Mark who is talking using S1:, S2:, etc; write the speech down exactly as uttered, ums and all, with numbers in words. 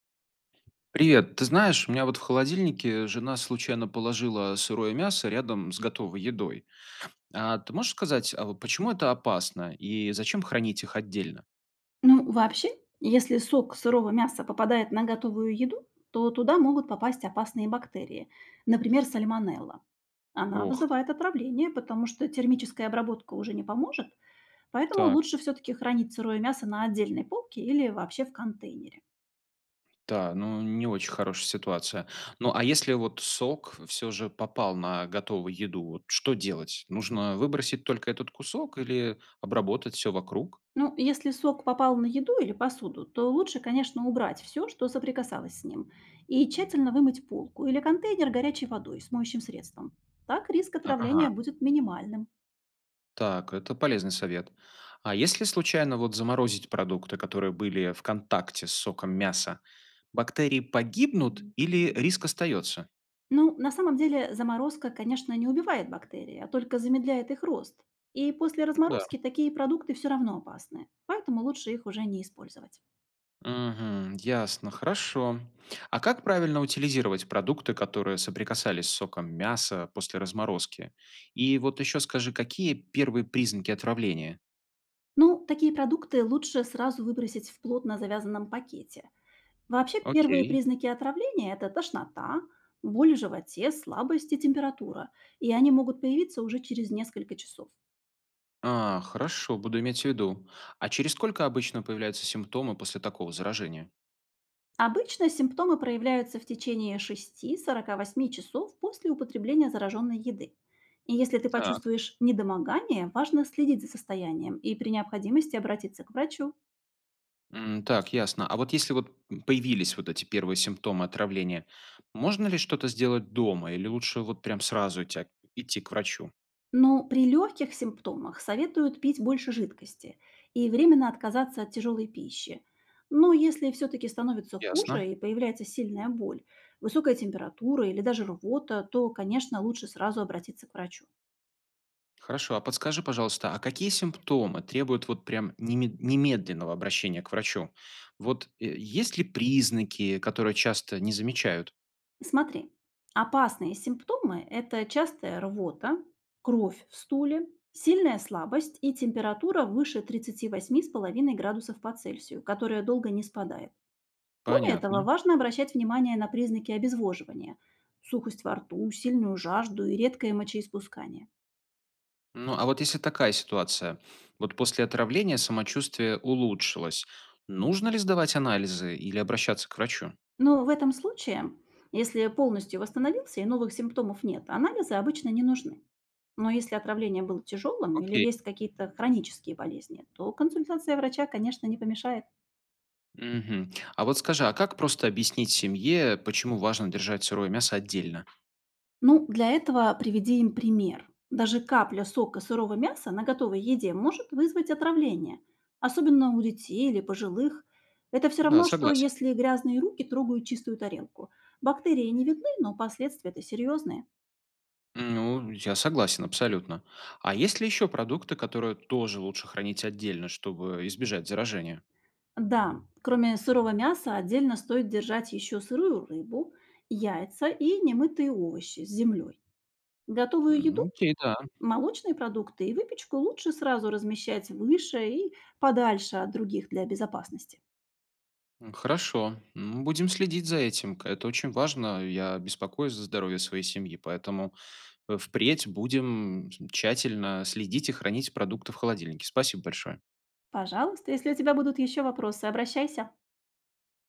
S1: Привет. Ты знаешь, у меня вот в холодильнике жена случайно положила сырое мясо рядом с готовой едой. А ты можешь сказать, а вот почему это опасно и зачем хранить их отдельно?
S2: Ну, вообще, если сок сырого мяса попадает на готовую еду, то туда могут попасть опасные бактерии, например, сальмонелла. Она
S1: Ох,
S2: вызывает отравление, потому что термическая обработка уже не поможет, поэтому
S1: так,
S2: лучше все-таки хранить сырое мясо на отдельной полке или вообще в контейнере.
S1: да, ну не очень хорошая ситуация. Ну а если вот сок все же попал на готовую еду, вот что делать? Нужно выбросить только этот кусок или обработать все вокруг?
S2: Ну, если сок попал на еду или посуду, то лучше, конечно, убрать все, что соприкасалось с ним, и тщательно вымыть полку или контейнер горячей водой с моющим средством. Так риск
S1: Ага.
S2: отравления будет минимальным.
S1: Так, это полезный совет. А если случайно вот заморозить продукты, которые были в контакте с соком мяса, бактерии погибнут или риск остается?
S2: Ну, на самом деле заморозка, конечно, не убивает бактерии, а только замедляет их рост. И после
S1: Ну да.
S2: разморозки такие продукты все равно опасны, поэтому лучше их уже не использовать.
S1: Мгм, ясно, хорошо. А как правильно утилизировать продукты, которые соприкасались с соком мяса после разморозки? И вот еще скажи, какие первые признаки отравления?
S2: Ну, такие продукты лучше сразу выбросить в плотно завязанном пакете. Вообще, первые
S1: Окей.
S2: признаки отравления — это тошнота, боль в животе, слабость и температура, и они могут появиться уже через несколько часов.
S1: А, хорошо, буду иметь в виду. А через сколько обычно появляются симптомы после такого заражения?
S2: Обычно симптомы проявляются в течение от шести до сорока восьми часов после употребления зараженной еды. И если ты
S1: Так.
S2: почувствуешь недомогание, важно следить за состоянием и при необходимости обратиться к врачу.
S1: М, так, ясно. А вот если вот появились вот эти первые симптомы отравления, можно ли что-то сделать дома или лучше вот прям сразу идти, идти, к врачу?
S2: Но при легких симптомах советуют пить больше жидкости и временно отказаться от тяжелой пищи. Но если все-таки становится
S1: Ясно.
S2: хуже и появляется сильная боль, высокая температура или даже рвота, то, конечно, лучше сразу обратиться к врачу.
S1: Хорошо. А подскажи, пожалуйста, а какие симптомы требуют вот прям неме- немедленного обращения к врачу? Вот э, есть ли признаки, которые часто не замечают?
S2: Смотри, опасные симптомы — это частая рвота, кровь в стуле, сильная слабость и температура выше тридцати восьми с половиной градусов по Цельсию, которая долго не спадает. Кроме этого,
S1: Понятно.
S2: важно обращать внимание на признаки обезвоживания — сухость во рту, сильную жажду и редкое мочеиспускание.
S1: Ну, а вот если такая ситуация, вот после отравления самочувствие улучшилось, нужно ли сдавать анализы или обращаться к врачу?
S2: Но в этом случае, если полностью восстановился и новых симптомов нет, анализы обычно не нужны. Но если отравление было тяжелым или
S1: Окей.
S2: есть какие-то хронические болезни, то консультация врача, конечно, не помешает.
S1: Мгм. А вот скажи, а как просто объяснить семье, почему важно держать сырое мясо отдельно?
S2: Ну, для этого приведи им пример. Даже капля сока сырого мяса на готовой еде может вызвать отравление, особенно у детей или пожилых. Это все
S1: Да,
S2: равно, что
S1: согласен.
S2: если грязные руки трогают чистую тарелку. Бактерии не видны, но последствия-то серьезные.
S1: Ну, я согласен, абсолютно. А есть ли еще продукты, которые тоже лучше хранить отдельно, чтобы избежать заражения?
S2: Да, кроме сырого мяса отдельно стоит держать еще сырую рыбу, яйца и немытые овощи с землей. Готовую
S1: М,
S2: еду,
S1: Окей, да.
S2: молочные продукты и выпечку лучше сразу размещать выше и подальше от других для безопасности.
S1: М, Хорошо. М, Будем следить за этим. К- Это очень важно. Я беспокоюсь за здоровье своей семьи, поэтому э, впредь будем тщательно следить и хранить продукты в холодильнике. Спасибо большое.
S2: Пожалуйста, если у тебя будут еще вопросы, обращайся.